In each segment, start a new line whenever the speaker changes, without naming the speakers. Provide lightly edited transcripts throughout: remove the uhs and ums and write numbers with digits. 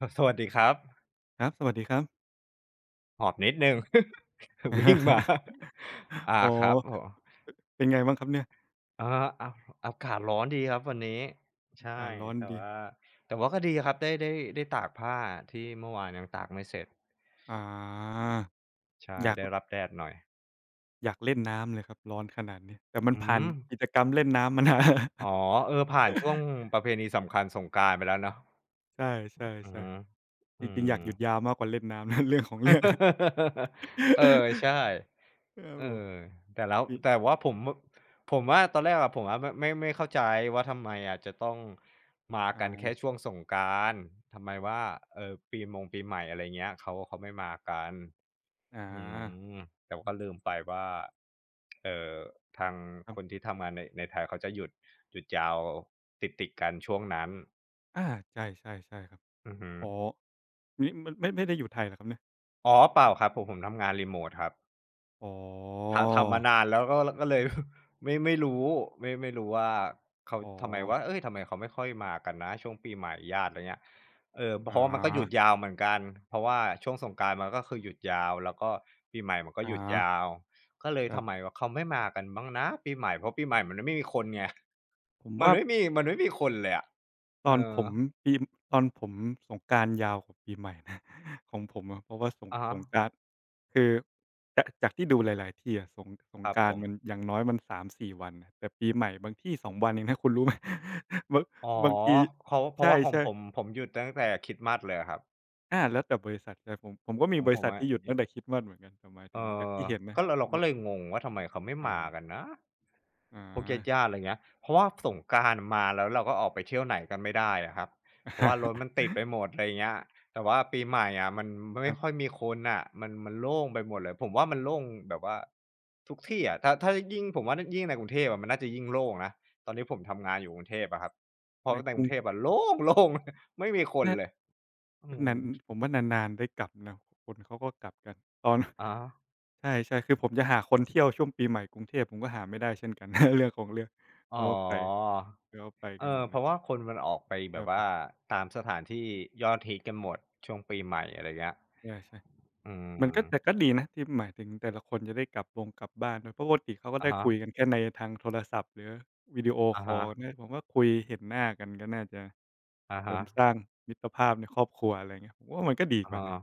สวัสดีครับ
ครับสวัสดีครับ
หอบนิดหนึ่ง วิ่งมา
อ๋อ
ครับผม
เป็นไงบ้างครับเนี่ย
เอออาอากาศร้อนดีครับวันนี้
อา
ใช่
กาศร้อน
แต่
ดี
ว่าแต่ว่าก็ดีครับได้ได้ตากผ้าที่เมื่อวานยังตากไม่เสร็จ
อา
ใช่
อยาก
ได้รับแดดหน่อย
อยากเล่นน้ำเลยครับ ร้อนขนาดนี้ แต่มัน
อื
ผ่าน
ม
กิจกรรมเล่นน้ำมานะ
อ๋อ เออผ่านช่วง ประเพณีสำคัญสงกรานต์ไปแล้วเนาะ
ใช่ใช่
อื
ใช่
ม
จ
อื
ริงๆอยา
ม
กหยุดยาวมากกว่าเล่นน้ำนะ เรื่องของเรื่อง
เออใช่
ครับ
เอ
ผม
อแต่แล้ว
มี
แต่ว่าผมว่าตอนแรกอะผมอะไม่เข้าใจว่าทำไมอะจะต้องมากันแค่
อา
ช่วงสงกรานต์ทำไมว่าปีมงปีใหม่อะไรเงี้ยเขาไม่มากัน
อ
อื
า
มแต่ว่าก็ลืมไปว่าเอ่อทาง
ครั
คน
บ
ที่ทำงานในไทยเขาจะหยุดยาวติดๆกันช่วงนั้น
อาใช่ใช่ใช่ครับ
อือฮึ
อ๋อนี่มันไม่ได้อยู่ไทยเหรอครับเนี่ย
อ๋อเปล่าครับผมทำงานรีโมตครับ
อ๋อ
ทำมานานแล้วก็เลย ไม่รู้ไม่รู้ว่าเขา
อ๋อ
ทำไมว่าเอ้ยทำไมเขาไม่ค่อยมากันนะช่วงปีใหม่ญาติอะไรเงี้ยเออเพ
อา
ราะว่ามันก็หยุดยาวเหมือนกันเพราะว่าช่วงสงกรานต์มันก็คือหยุดยาวแล้วก็ปีใหม่มันก็หยุด
อา
ยาวก็เลย
ครั
ทำไม
บ
ว่าเขาไม่มากันบ้างนะปีใหม่เพราะปีใหม่มันไม่มีคนไง
ผม
มัน
ว่า
ไม่มีมันไม่มีคนเลยอะ
ต
เอ
อน
อ
ผมปีตอนผมสงกรานต์ยาวกว่าปีใหม่นะ ของผมอะเพราะว่าสง
อะ
ส
ฮะ
งกรานต์คือจากที่ดูหลายๆที่อะสงสง
ครับ
กรา
ผ
นต์
ม
มันอย่างน้อยมัน3-4วันน่ะแต่ปีใหม่บางที่2วันเองนะคุณรู้ไหม บาง
อ๋อ
บางที
เพราะว่าของ
ใช่
ผ
ๆ
มผมหยุดตั้งแต่คริสต์มาสเลยอะครับ
อาแล้วแต่บริษัทแต่ผมก็มี
ขอ
บ
งผ
ริ
ม
ษัท
อะ
ที่หยุดตั้งแต่คริสต์มาสเหมือนกันแต่หมาย
เอ
ถึงจาก
อ
ที่เห็นนะ
ก็เรา
แบ
ก็
บ
เลยงงว่าทำไมเขาไม่
อา
มากันนะ
อา
พวกญาติๆอะไรเงี้ยเพราะว่าสงกรานต์มาแล้วเราก็ออกไปเที่ยวไหนกันไม่ได้อะครับเพราะว่ารถมัน ติดไปหมดอะไรเงี้ยแต่ว่าปีใหม่อะมัน
ค
ไม่
รั
ค่อย
บ
มีคนน่ะมันมันโล่งไปหมดเลยผมว่ามันโล่งแบบว่าทุกที่อะถ้ายิ่งผมว่ายิ่งในกรุงเทพอะมันน่าจะยิ่งโล่งนะตอนที่ผมทำงานอยู่กรุงเทพอะครับเพ
ใน
ราะใน
ก
ก
รุ
รุ
ง
งเท
ท
พอะโล่ง ๆไม่มีคนเลย
น่า
อืม
นานผมว่านานๆได้กลับนะคนเขาก็กลับกันตอน
อะฮะ
ใช่ๆคือผมจะหาคนเที่ยวช่วงปีใหม่กรุงเทพผมก็หาไม่ได้เช่นกัน เรื่องของเรื่องเขา
อ๋อ
ก็ไปเขาไป
เอ
กันหม
อ
ด
เพ
เลย
ราะว่าคนมันออกไป
ค
แบ
รับ
บ
ผ
ว่า
ม
ตามสถานที่ยอดฮิตกันหมดช่วงปีใหม่อะไรเงี้ย
ใช่
อื
ๆมันก็แต่
ม
ก็ดีนะที่หมายถึงแต่ละคนจะได้กลับวงกลับบ้านด้วยเพราะปกติเขาก็
อะ
ได้คุย
ฮะ
กันแค่ในทางโทรศัพท์หรือวิดีโอ
อะ
คอลกัน
ฮะ
เนี่ยผมว่าคุยเห็นหน้ากันก็น่าจะ
อะ
เสริ
ฮะ
มสร้างมิตรภาพในครอบครัวอะไรอย่างเงี้ยผมว่ามันก็ดี
อะ
กว่า
ฮะ
นะ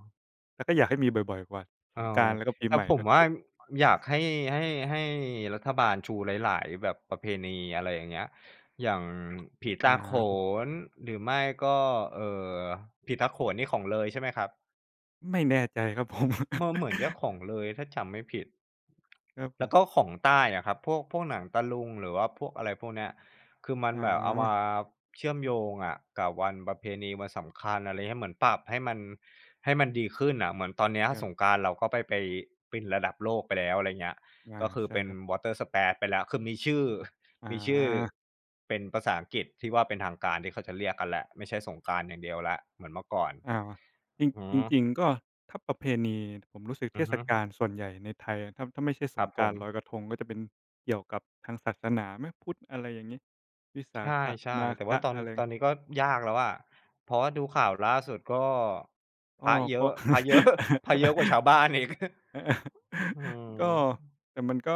แล้วก็อยากให้มีบ่อยๆกว่าส
เอ
งก
อ
รานต์แล้วก็ปี
แต่
ใหม่
ผ
ด้
ม
วยถ้า
ว่า
เป็น
อยากให้ให้ให้รัฐบาลชูหลายๆแบบประเพณีอะไรอย่างเงี้ยอย่างผี
อ
ตาโข
า
นหรือไม่ก็เอ่อผีตาโขนนี่ของเลยใช่ไหมครับ
ไม่แน่ใจครับผม
มันเหมือนจะข องเลยถ้าจำไม่ผิด
ครับผ
แล้
ม
วก็ของใต้อะครับพวกหนังตะลุงหรือว่าพวกอะไรพวกเนี้ยคือมัน
อ่
แบบเอามา
า
เชื่อมโยงอะกับวันประเพณีวันสำคัญอะไรเงี้ยเหมือนปรับให้มันให้มันดีขึ้นน่ะเหมือนตอนเนี้ย
ค
สง
รั
ก
บ
รานต์เราก็ไปเป็นระดับโลกไปแล้วอะไรเงี้ย
อา
ก็คือ
ใช่
เป็น
ครับ
Water Spats ไปแล้วคือมีชื่อ
อ
มีชื่อ
า
เป็นภาษาอังกฤษที่ว่าเป็นทางการที่เขาจะเรียกกันแล้วไม่ใช่สงกรานต์อย่างเดียวแล้วเหมือนเมื่อก่อน
อาจร
อือ
ิง
ฮึ
จริงๆก็ถ้าประเพณีผมรู้สึกเท
อือ
ศ
ฮึ
กาลส่วนใหญ่ในไทยถ้าไม่ใช่ส
ครั
ง
บ
ก
ผ
ราน
ม
ต์ลอยกระทงก็จะเป็นเกี่ยวกับทางศาสนาไหมพุทธอะไรอย่างนี้วิสา
ใ
ขะ
ช่
มา
ๆแต่ว่า
ฆะ
ตอน
อะไร
ตอนนี้ก็ยากแล้วอะเพราะว่าดูข่าวล่าสุดก็
อ้อก็
พระเยอะ พระเยอะกว่าชาวบ้านอีก อื
ก็
ม
แต่มันก็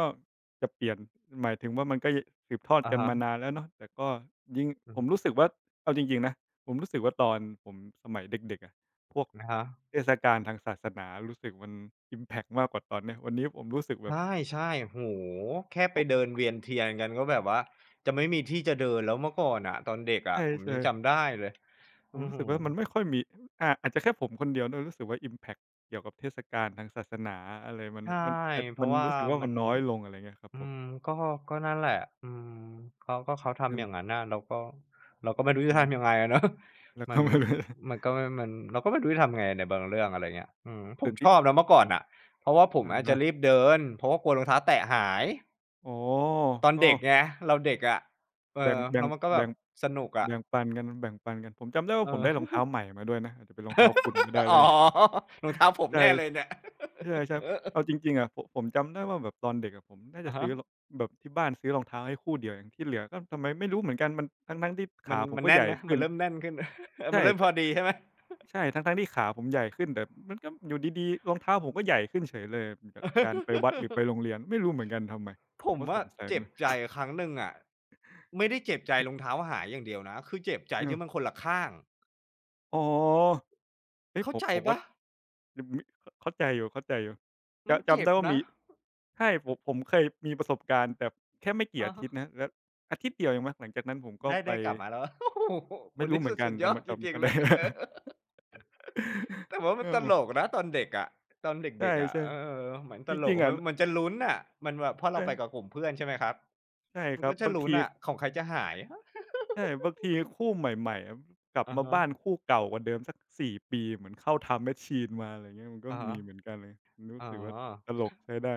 จะเปลี่ยนหมายถึงว่ามันก็สืบทอด
อะ
กัน
ฮะ
มานานแล้วเนาะแต่ก็ยิ่ง
อื
ผม
อ
รู้สึกว่าเอาจริงๆนะผมรู้สึกว่าตอนผมสมัยเด็กๆอะพวก
อะฮะ
เทศกาลทางศาสนารู้สึกมันอิมแพกมากกว่าตอนเนี้ยวันนี้ผมรู้สึก
ใ
แบบ
ช่ๆโอ้โฮแค่ไป
โอ
เดิน
้
เวียนเทียนกันก็แบบว่าจะไม่มีที่จะเดินแล้วเมื่อก่อนน่ะตอนเด็ก
ใช
อะผมยั
่
ง
ๆ
จำได้เลย
ผม
อื้อ
รู้สึ
ฮื
ก
อ
ว่ามันไม่ค่อยมีอาอาจจะแค่ผมคนเดียวด้วยรู้สึกว่าอิมแพกเกี่ยวกับเทศกาลทางศาสนาอะไรมัน
ใช่
มัน
เพ
มัน
ราะว่า
รู้สึกว่า
มั
มั
น
นน้อยลงอะไรเงี้ยครับ
อื
ผม
มก็ก็นั่นแหละอืมเขาทำอย่างนั้นน่ะเราก็เราก็ไม่รู้
ครั
จะทำยัง
บ
ไงอะเนาะ
แล้ว
มั
ก็
น
ไม่รู้
มันก็ไม่มันเราก็ไม่รู้จะทำไงในบางเรื่องอะไรเงี้ยอืมผ
แต่
มช
ที่
อบนะเมื่อก่อนน่ะเพราะว่าผมอะจะ
อา
รีบเดินเพราะว่ากลัวรองเท้าแตะหาย
อ๋อ
ตอน
ก็
เด็กไงเราเด็กอะเอ
แบ่ง
อ
แบ่
แล้
ง
วมันก็แบ
แบ่
บ
ง
สนุกอะ
แบ่งปันกันแบ่งปันกันผมจำได้ว่าผม
เอ
ได้รอง
อ
เท้าใหม่มาด้วยนะอาจจะเป็นรองเท้าคุณก็ได้ อะไร
อ๋อ
งี้
รองเท้าผมแน่เลย
ใช่
เนี่ย
ใช่
เออ
ๆเอาจริงๆอะผมจำได้ว่าแบบตอนเด็กอะผมน่าจะ
อะฮะ
ซื้อรแบบที่บ้านซื้อรองเท้าให้คู่เดียวเองที่เหลือก็ทำไมไม่รู้เหมือนกันมันทั้งๆที่
มั
ขา
น
ผม
มัน
ก็
แน่
ให
น
ญ่
นะ
ขึ้
มั
น
นเริ่มแน่นขึ้น เออ
ใช่
มันเริ่ม
แต่
พอดีใช่ไหม
ใช่ทั้งๆที่ขาผมใหญ่ขึ้นแต่มันก็อยู่ดีๆรองเท้าผมก็ใหญ่ขึ้นเฉยเลยจากการไปวัดหรือไป โรงเรียนไม่รู้เหมือนกันทำไมผ
ผ
ม
ม
ก็ส
ว่า
งสัยเห
เจ็
มือ
บ
น
ใจครั้งหนึ่งอะไม่ได้เจ็บใจรองเท้าหายอย่างเดียวนะคือเจ็บใจ
เออ
ที่มันคนละข้าง
อ๋อ เฮ้ย
เข้า
ผม
ใจ
ผมว่า
ปะ
อือมิขเข้าใจอยู่เข้าใจอยู่
มัน
จำ
เจ็
จำได้
บ
ว่า
นะ
มีใช่ผมเคยมีประสบการณ์แต่แค่ไม่กี่
อะ
อาทิ
ฮะ
ตย์นะแล้วอาทิตย์เดียวเองมั้งหลังจากนั้นผมก็
ได้
ไป
ได้กลับมาแล้ว โอ้โฮค
ไม่
น
รู้
นี้
เหมือ
สุ
น
ด
กัน
สุดย
แต่
อ
มั
ด
น
จ
แต่มัน
ริง
ก็
ๆเล
ได้
ย แต่ว่า
ค
มัน
รับ
ต
ผ
ลก
ม
นะตอนเด็กอะตอนเด็กๆอะ
ใช่
เออมัน
ๆจ
ตลก
ริงๆอะ
มันจะลุ้นน่ะมันแบบเพราะเรา
ใช่
ไปกับกลุ่มเพื่อนใช่ไหมครับ
ใช่
มั
ค
น
รับ
ก็จะ
บาง
ลุ้น
ที
อะของใครจะหาย
ใช่บางทีคู่ใหม่ๆอะกลับ
อะ
มา
ฮะ
บ้านคู่เก่ากว่าเดิมสัก4ปีเหมือนเข้า Time Machine มาอะไรเงี้ยมันก็
อาฮะ
มีเหมือนกันเลยรู้
อ๋อ
สึกว่าตลกใช้ได้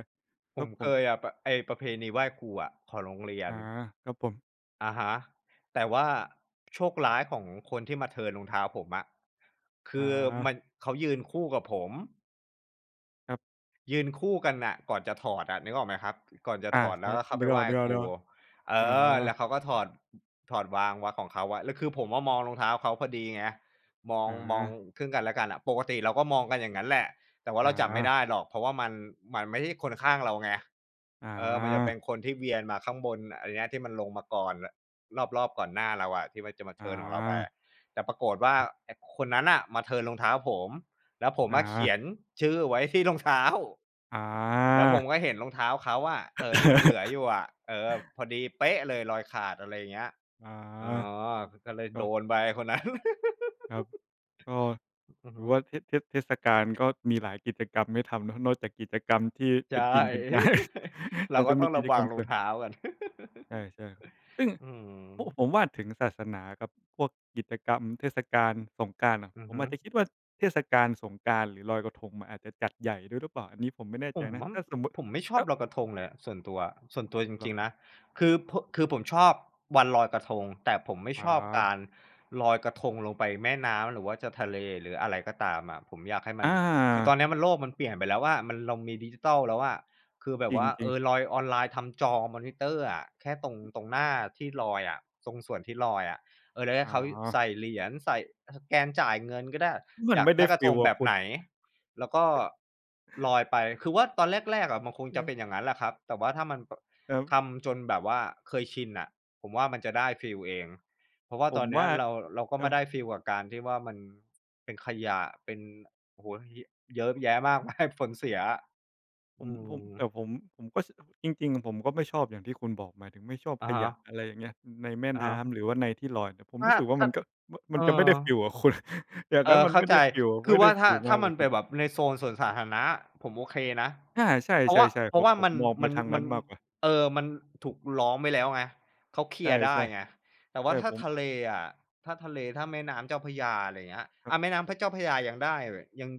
ค
ผ
รั
ม
บผ
เค
ม
ยอะประไอ้ประเพณีไหว้ครูอะของโรงเรีย
อา
น
ครับผม
อะฮะแต่ว่าโชคร้ายของคนที่มาเทิร์นรองเท้าผมอะคือ
อา
มันเขายืนคู่กับผม
ครับ
ยืนคู่กันน่ะก่อนจะถอดอะนึกออกไหมครับก่อนจะถ
อา
อด
เอ
แล้ว
อ
ก็เข้า
นึ
ไป
กอ
ไห
อ
ว้
กๆๆออ
ค
กนึก
รู
ออก
เอ
อา
แล้วเขาก็ถอดวางของเขาไว้แล้วคือผมอะมองรองเท้าเขาพอดีไงมอง
อา
ซึ่งกันและกันอะปกติเราก็มองกันอย่างงั้นแหละแต่ว่าเราจับไม่
อา
ได้หรอกเพราะว่ามันไม่ใช่คนข้างเราไง
อ
เออมันจะเป็น
า
คนที่เวียนมาข้างบนอะไรเนี้ยที่มันลงมาก่อนรอบๆก่อนหน้าเราอะที่มันจะมา
อา
เทิร์นของเราไปแต่ปรากฏว่าไอ้คนนั้นน่ะมาเทิร์นรองเท้าผมแล้วผมอะ
อา
เขียนชื่อไว้ที่รองเท้า
อ
แล้วผมก็
า
เห็นรองเท้าเขาอะที่มันเหลืออยู่อะเออพอดีเป๊ะเลยรอยขาดอะไรอย่างเงี้ย
อา
อ๋อก็เลย
ก็
โดนไปคนนั้น
ครับก็
อือ
ถื
ฮึ
อว่าเทศกาลก็มีหลายกิจกรรมให้ทำเนาะนอกจากกิจกรรมที่
ใช่
เป็นจริงเป็นจัง
เรา
มัน
ก็
จะ
ต้
มี
อง
กิ
ระ
จก
วั
รร
ง
ม
รอ
ส่
ง
วน
เท้ากัน
ใช่ๆซึ่ง
อืม
โอ้ผมว่าถึงศาสนากับพวกกิจกรรมเทศกาลสงกรานต์อะ
อือ
ผม
ฮึ
อาจจะคิดว่าเทศกาลสงกรานต์หรือลอยกระทงมันอาจจะจัดใหญ่ด้วยหรือเปล่าอันนี้ผมไม่แน่
ผ
ใจ
ม
นะ
ว่า
ถ้าสมมุติ
ผมไม่ชอบ
ถ้า
ลอยกระทงเลยอะส่วนตัวส่วนตัวจ
เหรอ
ริง
ค
ๆ
รับ
นะคือผมชอบวันลอยกระทงแต่ผมไม่
อ๋อ
ชอบการลอยกระทงลงไปแม่น้ำหรือว่าจะทะเลหรืออะไรก็ตามอะผมอยากให้มั
อ
นคือตอน
า
เนี้ยมันโลกมันเปลี่ยนไปแล้วอะมันเรามีดิจิทัลแล้วอะคือแบ
จ
บ
ร
ว่า
ิ
เอ
ง
อ
ๆ
ลอยออนไลน์ทำจอมอนิเตอร์อะแค่ตรงหน้าที่ลอยอะตรงส่วนที่ลอยอะเออแล้วให้
อ๋อ
เขาใส่เหรียญใส่สแกนจ่ายเงินก็ได้
มั
อ
น
ยาก
ไม่ได้
ได้กระท
ฟีล
งแบ
อะ
บ
คุณ
ไหน แล้วก็ลอยไป คือว่าตอนแรกๆอะมันคงจะเป็นอย่างนั้นแหละครับแต่ว่าถ้ามัน
เออครับ
ทำจนแบบว่าเคยชินน่ะผมว่ามันจะได้ฟีลเอง เพราะว่า
ผ
ต
ม
อนเนี้ย
ว่า
เราก็
ครั
มา
บ
ได้ฟีลกับการที่ว่ามันเป็นขยะเป็นโอ้โฮเยอะเยอะแยะมากมาย ผลเสีย
ผ
อื
มผมแต่ผ
ม
มผมจริงๆผมก็ไม่ชอบอย่างที่คุณบอกหมายถึงไม่ชอบข
อะฮะ
ยะ
ๆ
อะไรอย่างเงี้ยในแม่น้ำหรือว่าในที่ลอยแต่ผม
ถ้า
รู้สึกว่า
ถ้า
มันก็มมั
เอ
นจะไม่
อ
ได้ฟีลอะคุณ อย่าง
เอ
งั้น
อ
มัน
เข้า
ไม่
ใจ
ได้ฟีล
คือว่า
มา
ถ้า
กเล
มั
ย
น
คุ
เป็
ณ
นแบบในโซนสวนสาธารณะผมโอเคนะ
ใช
เพราะว่า
่ๆ
เพ
ๆผ
ราะ
ม
ว่า
ผมมองไปทางนั้
มั
น
น
มากกว่า
เออมันถูกล้อมไว้แล้วไงเขาเคลี
ใช่
ยร์
ๆ
ได้ไงแต่
ใช่
ว่าถ้า
ผม
ทะเลอะถ้าแม่น้ำเจ้าพระยาอะไรอย่างเงี้ย
ครับ
แม่น้ำพระเจ้าพระยายังได้ยัง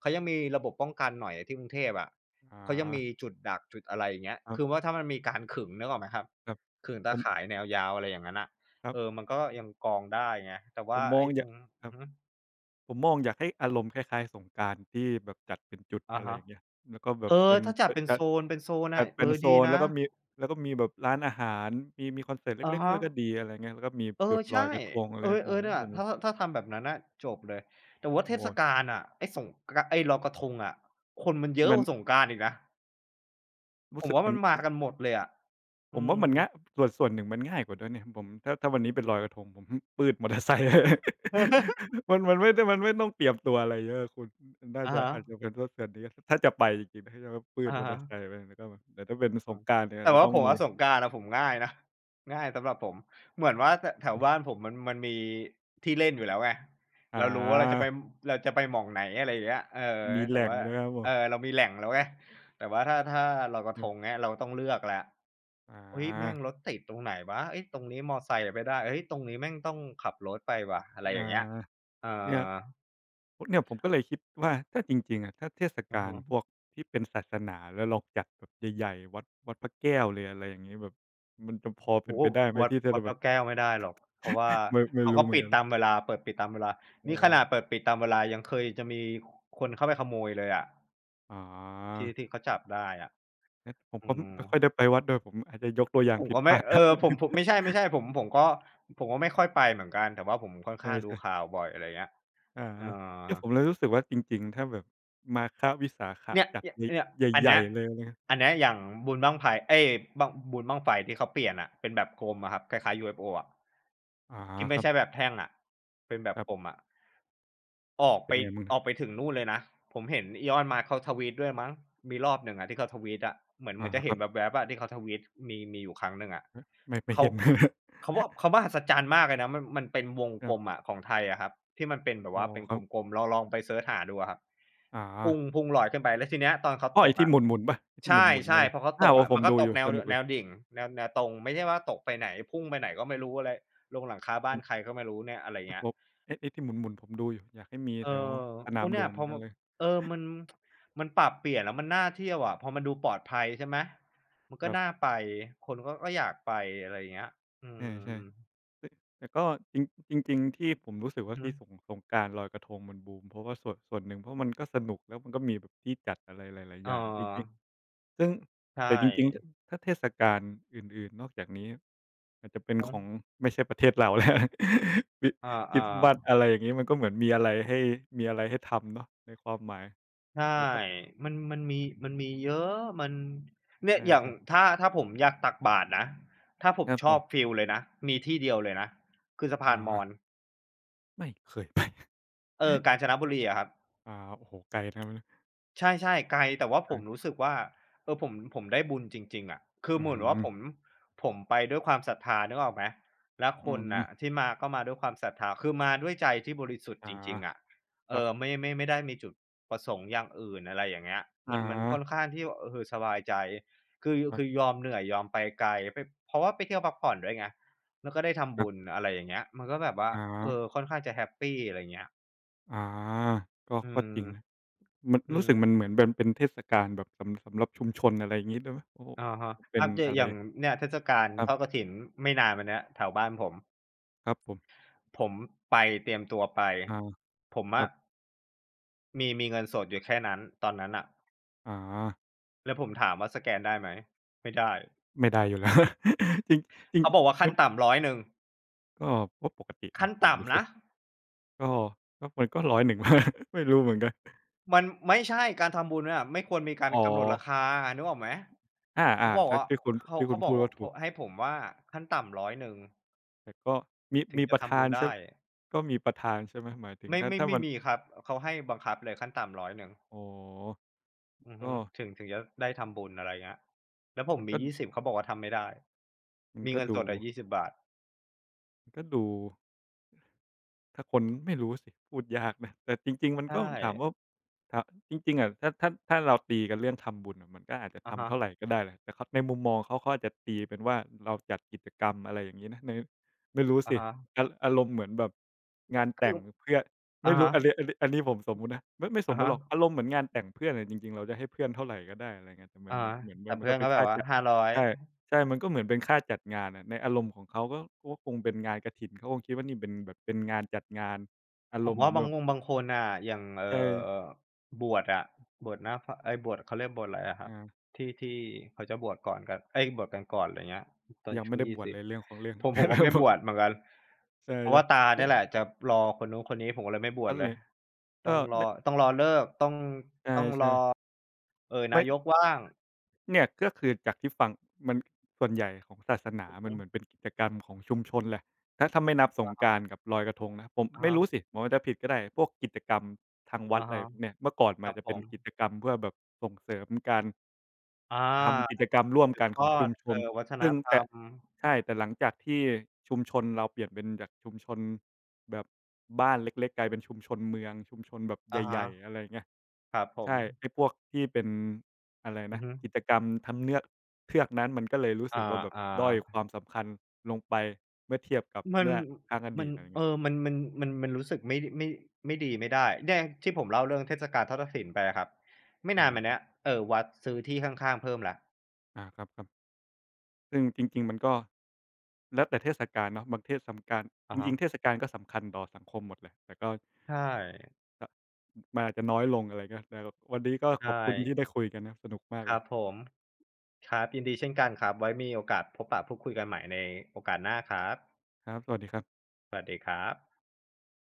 เขายังมีระบบป้องกันหน่อยอะที่กรุงเทพอะ
อ
เขายังมี
า
จุดดักจุดอะไรอย่างเงี้ยคือ
ค
ว่าถ้ามันมีการขึงนึกออกไหมครับ
รับ
ขึง
ๆผ
ตา
ม
ข่ายแนวยาวอะไรอย่างงั้นน่ะ
ครั
เออ
บ
มันก็ยังกรองได้ไงแต่
ผ
ว่า
มมอง
ไอ้
อ
ตร
ย่า
ง
ค
อื
รั
อ
บ
ฮึ
ผมมองอยากให้อารมณ์คล้ายๆสงกรานต์ที่แบบจัดเป็นจุด
อะ
อะไรอ
ฮะ
ย่างเงี้ยแล้วก็แบบ
เออ
เป็น
ถ้าจั
ป
ดเป็น
จั
โซ
ด
นเป็นโซน
จั
อะ
ด
เอ
เป็น
อ
โซ
ดี
น
นะ
แล้วก็มีแล้วก็มีแบบร้านอาหารมีคอนเสิร์ต
อะ
เล็กๆด้
ฮะ
วยก็ดีอะไรเงี้ยแล้วก็มี
เอ
จุ
อ
ดลอย
ใช่
กระทงอะไร
เอ
โอ้
อเนี่ย
โฮ
ถ้าทำแบบนั้นน่ะจบเลยแต่ว่าเท
โอ้โฮ
ศกาลอะไอ้ลอยกระทงอะคนมันเยอะ
มั
ก
น
ว่าสงกรานต์อีกนะผ
รู้
ม
สึก
ว่า
มั
มั
น
นมากันหมดเลยอะ
ผ
อื
มว่ามัน
ม
ง่ายส่วนหนึ่งมันง่ายกว่าด้วยเนี่ยผมถ้าวันนี้เป็นลอยกระทงผม ปืดมอเตอร์ไซค์ มันไม่ได้มันไม่ต้องเตรียมตัวอะไรเยอะคุณน่า
อะ
จะ
ฮะ
อาจจะเป็นเพราะส่วนนี้ถ้าจะไปจริงๆถ้าจะว่าปืด
อะ
มอเตอ
ฮะ
ร์ไซค์ไปแล้วก็แบบแต่ถ้าเป็นส
อา
งกรานต์เนี่ยอาจ
แต่
จะ
ว่า
ต้อง
ผม
มี
ว่าสงกรานต์อะผมง่ายนะ ง่ายสำหรับผมเหมือนว่าแถวบ้านผมมันมีที่เล่นอยู่แล้วไงเรารู้ว่าเราจะไป
หา
หม่องไหนอะไรอย่างเงี้ยเออ
มีแห
แต่
ล่ง
ว่า
นะครับผ
เอ
ม
อเรามีแหล่งแล้วไงแต่ว่าถ้าลอยกระ
ค
ท
รั
ง
บ
เงี้ยเราต้องเลือกแล้ว
อ
เฮ้ยแม่ง
า
รถติดตรงไหนวะเฮ้ยตรงนี้มอไซค์อะไม่ได้เฮ้ยตรงนี้แม่งต้องขับรถไปว่ะอะไร
อ
อย่างเงี้ย
า
เอ
เนี่ย
อ
เนี่ยผมก็เลยคิดว่าถ้าจริงๆอะถ้าเทศ
อือ
กาล
ฮึ
พวกที่เป็นศาสนาแล้วเราจัดแบบใหญ่ๆวัดพระแก้วเลยอะไรอย่างงี้แบบมันจะพอเป็
โอ้
น
โฮ
ไปได้ไหม
วัด
ที่จะแบ
พ
บ
ระแก้วไม่ได้หรอกเพราะว่า
ไม่
เขา
รู้
ก็
เหมือน
ปิด
กั
ตาม
น
เวลาเปิดปิดตามเวลา
อ๋อ
นี่ขนาดเปิดปิดตามเวลายังเคยจะมีคนเข้าไปขโมยเลยอะ
อ๋อ
ที่เขาจับได้อะ
งั้นผม
อื
ก็
ม
ไม่ค่อยได้ไปวัดด้วยผมอาจจะยกตัวอย่าง
ผม
ผิด
ก็
พ
ไม่
ลาด
เออผม ไม่ใช่ๆผมก็ผมก็ไม่ค่อยไปเหมือนกันแต่ว่าผมค่อน
ใช
ข้างดู
่
ข่า
ๆ
วบ่อยอะไรเงี้ย
อา
เออ
เนี่ยผมเลยรู้สึกว่าจริงๆถ้าแบบมาฆวิสาขะ
เนี่ย
จัด
เนี่ยเนี่ยอัน
ใหญ่
เนี้ย
ๆเลยนะครับ
อันเนี้ยอย่างบุญบั้งไฟเอ๊ยบุญบั้งไฟที่เขาเปลี่ยนอะเป็นแบบกลมอะครับคล้ายๆ UFO อะ
อ๋อ
ที่
ค
ไม่
รั
ใช่แบ
บ
บแท่งอะเป็นแบบ
ครั
กลม
บ
อะออก
เป็
ไป
นไงบ้างนะ
ถึงนู่นเลยนะ ผมเห็น Elon Musk เขาทวีตด้วยมั้งมีรอบหนึ่งอะที่เขาทวีตอะเห
อา
มือนจะ
ค
เห็
รั
น
บ
แวบๆอะที่เขาทวีตมีอยู่ครั้งหนึ่งอะ
ไม่
เขา
เห็น
เขาว่าเขามหัศจรรย์มากเลยนะมันเป็นวง
ครั
กลม
บ
อะของไทยอะครับที่มันเป็นแบบ
อ๋อ
ว่าเป็น
ครั
ก
บ
ลมๆลองไปเซิร์ชหาดูอะครับ
อ๋อ
พุ่งลอยขึ้นไปแล้วทีเนี้ยตอนเขา
อ้อ
ต
ไอ้
ก
ที่
อะ
หมุนๆเปล่าไอ้ที่
ใช
หมุนๆเนี่
่
ยนะ
ๆพอเขาต
อ้าว
ก
โอ้
อะ
ผ
มั
ม
นก็
ดู
ต
อ
ก
ยู่สนุกเล
แน
ย
วดิ่งแนวตรงไม่ใช่ว่าตกไปไหนพุ่งไปไหนก็ไม่รู้อะไรลงหลังคา
ไอ
บ้านใคร
้
ก็ไม่รู้เนี่ยอะไร
ที่
เงี้ย
ไอ้ที่หมุนๆผมดูอยู่อยากให้มี
เอ
แถว
อ
สนา
โอ้
มหล
เนี่
ว
ย
งเห
พ
มือ
อ
นกัน
มัน
เลย
เออมันปรับเปลี่ยนแล้วมันน่าเที่ยวอะพอมันดูปลอดภัยใช่ไหมมัน
ค
ก็
รั
น่า
บ
ไปคนก็อยากไปอะไรอย่างเงี้ยอื
ใช่
ม
ๆแต่แต่ก็จริงจริงๆที่ผมรู้สึก
อือ
ว่า
ฮึ
ที่สงกรานต์ลอยกระทงมันบูมเพราะว่าส่วนหนึ่งเพราะมันก็สนุกแล้วมันก็มีแบบที่จัดอะไรหลายๆ
เอ
อย่างจริง
อ
ๆซึ่ง
ใช
แต่จริงๆถ
่
ถ้าเทศกาลอื่นๆนอกจากนี้อาจจะเป็
อือ
น
ฮึ
ของไม่ใช่ประเทศเราแล้ว คริ
อ
คริ
า
สต์มาส
ๆ
อะไรอย่างงี้มันก็เหมือนมีอะไรให้มีอะไรให้ทำเนาะในความหมาย
ใช่
แต่ถ้า
มันมีเยอะมันเนี่
ใช
ยอย่าง
่ๆ
ถ้าผมอยากตักบาตรนะ ถ้าผ
ค
ม
รับ
ช
ผ
อ
ม
บฟีลเลยนะมีที่เดียวเลยนะ คือสะพานม
อ๋
อญ
ไม่เคยไป
เออกาญจนบุรีอะครับ
อาโอ้โฮไกลนะครับ
ใช่ๆไกลแต่ว่า ผ
กา
ม
ร
รู้สึกว่าเออผมได้บุญจริงๆอะคือ
อื
เหมือนว่า
ม
ผมไปด้วยความศรัทธานึกออกไหมแล้วค
อื
น
ม
น่ะที่มาก็มาด้วยความศรัทธาคือมาด้วยใจที่บริสุทธิ์
อ
จริงๆอะ
๋
เอ
ก็
อไม่ได้มีจุดประสงค์อย่างอื่นอะไรอย่างเงี้ย
อ๋
มันค่อนข้างที่ว่าเออสบายใจคือ
ครั
คือ
บ
ยอมเหนื่อยยอมไปไกลไปเพราะว่าไปเที่ยวพักผ่อนด้วยไงแล้วก็ได้ทำ
ครั
บุญ
บ
อะไรอย่างเงี้ยมันก็แบบว่า
อ๋
เออค่อนข้างจะแฮปปีอะไรเงี้ย
ก็
อื
ก็
ม
จริงนะมัน
อื
รู้
ม
สึกมันเหมือนเป็นเป็นเทศกาลแบบสำหรับชุมชนอะไรอย่างงี้ด้วยไหมโอ้โฮ
อะฮะ
เป็น
อัปเด
อะ
ต
ไร
อย่างเนี่ยเทศกาล
ครั
ทอดก
บ
ฐินไม่นานมาเนี้ยแถวบ้านผม
ครับผม
ผมไปเตรียมตัวไป
อา
ผม
ครั
อะ
บ
มีเงินสดอยู่แค่นั้นตอนนั้นน่ะ
อ๋
แล้วผมถามว่าสแกนได้ไหมไม่ได้
ไม่ได้อยู่แล้ว จริงจริง
เขาบอกว่า
ั
ขั้นต่ำร้อยหนึ่ง
ก็ก็ปกตินะ
ขั้น
ผมรู้
ต่ำ
สึก
นะ
ก็ก็มันก็ร้อยหนึ่ง 0 1ไม่รู้เหมือนกัน
มันไม่ใช่การทำบุญน่ะไม่ควรมีการ
อ๋อ
กำหนดราคานึกออกไหม
อ
เขา
า
บอ
ๆ
ก
ก็
ว่า
ที่คุณ
เขาเขาบ
พู
อก
ดก็
ว่าพ
ถูก
ให้ผมว่าขั้นต่ำร้อยหนึ่ง
แต่ก็
ถึง
มีป
จะ
ระ
ทำ
ธา
บุ
น
ญ
ใช่
ได้
ก็มีประธานใช่ไหมหมายถึง
ไม่
ถ้า
ไม่
ถ้า
ไม่
มัน
มีครับเขาให้บังคับเลยขั้นต่ำร้อยหนึ่ง
อ๋อ
อือฮึ
ก็
ถึงจะได้ทำบุญอะไรเงี้ยแล้วผมมี
ก็
20เขาบอกว่าทำไม่ได้
มัน
มี
ก็
เงินส
ดู
ดอะยี่สิบบาท
มันก็ดู ถ้าคนไม่รู้สิพูดยากนะแต่จริงๆมัน
ใช่
ก็ถามว่าถาจริงๆอะถ้าเราตีกันเรื่องทำบุญอะมันก็อาจจะ
อะ
ทำ
ฮะ
เท่าไรก็ได้แหละแต่เขาในมุมมองเขาอาจจะตีเป็นว่าเราจัดกิจกรรมอะไรอย่างงี้นะในไม่รู้
ๆ
สิอารมณ์เหมือนแบบงาน
คื
แต่ง
อ
เพื่อนไม่
อะ
รู้
ฮะ
อันนี้ผมสมมุตินะไม่ส
อะ
มมุติหรอก
ฮะ
อารมณ์เหมือนงานแต่งเพื่อนอะจริงๆเราจะให้เพื่อนเท่าไรก็ได้อะไรเงี้ยแต่มั
อะ
นมัน
ฮะ
เหมือนมั
แต่
นมัน
เพื่
ก็
อน
เป็
ก็
น
แบ
ค่า
บว่า
จัด
500
ใช่ ใช่มันก็เหมือนเป็นค่าจัดงานอะในอารมณ์ของเขาก็ก็คงเป็นงานกฐินเขาคงคิดว่านี่เป็นแบบเป็นงานจัดงานอาร
ผ
ม
ม
ณ์เหมื
ว่า
อน
บา
แบ
ง
บ
องค์บางคนน่ะอย่าง
ใช่
บวชอะบวชหน้าพระเอ๊ยบวชเขาเรียกบวชอะไรอะครับ
อา
ที่เขาจะบวชก่อนกันเอ๊ยบวชกันก่อนไรเงี้ยตอน
ยัง
ช่
ไม่
วง
ได้บ
ยี่
วช
สิ
เล
บ
ยเรื่องของเรื่อง
ผมก็ไม่บ วชเหมือนกัน
ใช่
เพ
ๆ
ราะ
เนี
ว่าตา
่
เนี่
ย
ยแหละจะรอคนนู้นคนนี้ผมก็เลยไม่บวช
นั่น
เล
เล
ย
ย
ต้
ก็
องร
น
อต้องรอฤกษ์ต้อง
ใช่ไม่
นายกว่าง
เนี่ยก็คือจากที่ฟังมันส่วนใหญ่ของศาสนา
อือ
มัน
ฮึ
เหมือนเป็นกิจกรรมของชุมชนแหละถ้าไม่นับสงก
อะ
รานต์กับลอยกระทงนะผม
อะ
ไม่
ฮะ
รู้สิผมอาจจะผิดก็ได้พวกกิจกรรมทางวัด
อะ
อะไร
ฮะ
พวกเนี้ยเมื่อก่อนมั
ค
น
รั
อา
บ
จจะ
ผ
เป็น
ม
กิจกรรมเพื่อแบบส่งเสริมการ ทำกิจ
อา
กรรมร่วม
สืบ
กัน
ท
ของ
อ
ชุ
ด
มชน
วัฒน
ซึ่ง
ธร
แต่
รม
ใช่แต่หลังจากที่ชุมชนเราเปลี่ยนเป็นจากชุมชนแบบบ้านเล็กๆกลายเป็นชุมชนเมืองชุมชนแบบ
อะ
ให
ฮะ
ญ่ๆอะไรเงี้ย
ครับผม
ใช่ไอ้พวกที่เป็นอะไร
อื
นะ
อฮึ
กิจกรรมทำเทือกนั้นมันก็เลยรู้
อ
สึกว่าแบบ
า
ด้อย
ๆ
ความสำคัญลงไปเมื่อเทียบกับ
มัน
เมื่อครั้งอ
มั
ดี
น
ตอะไร
เอ
เงี้ย
อมันมันมันมันรู้สึกไม่ไม่ดีไม่ได้เนี่ยที่ผมเล่าเรื่องเทศกาลทอดกฐินไปอะครับไม่
อา
นานมา
ครั
เนี้
บ
ยวัดซื้อที่ข้างๆเพิ่มแล้ว
อาครับๆ ซึ่งจริงๆมันก็แล้วแต่เทศกาลเนาะบางเทศสำการจ
อะฮะ
ริงๆเทศกาลก็สำคัญต่อสังคมหมดแหละแต่ก็
ใช่
อมันอาจจะน้อยลงอะไรเงี้ยแต่วันนี้ก็ข
ใช่
อบคุณที่ได้คุยกันนะครับสนุกมาก
ค
เล
รั
ย
บผมครับยินดีเช่นกันครับไว้มีโอกาสพบปะพูดคุยกันใหม่ในโอกาสหน้าครับ
ครับสวัสดีครับ
สวัสดีครับ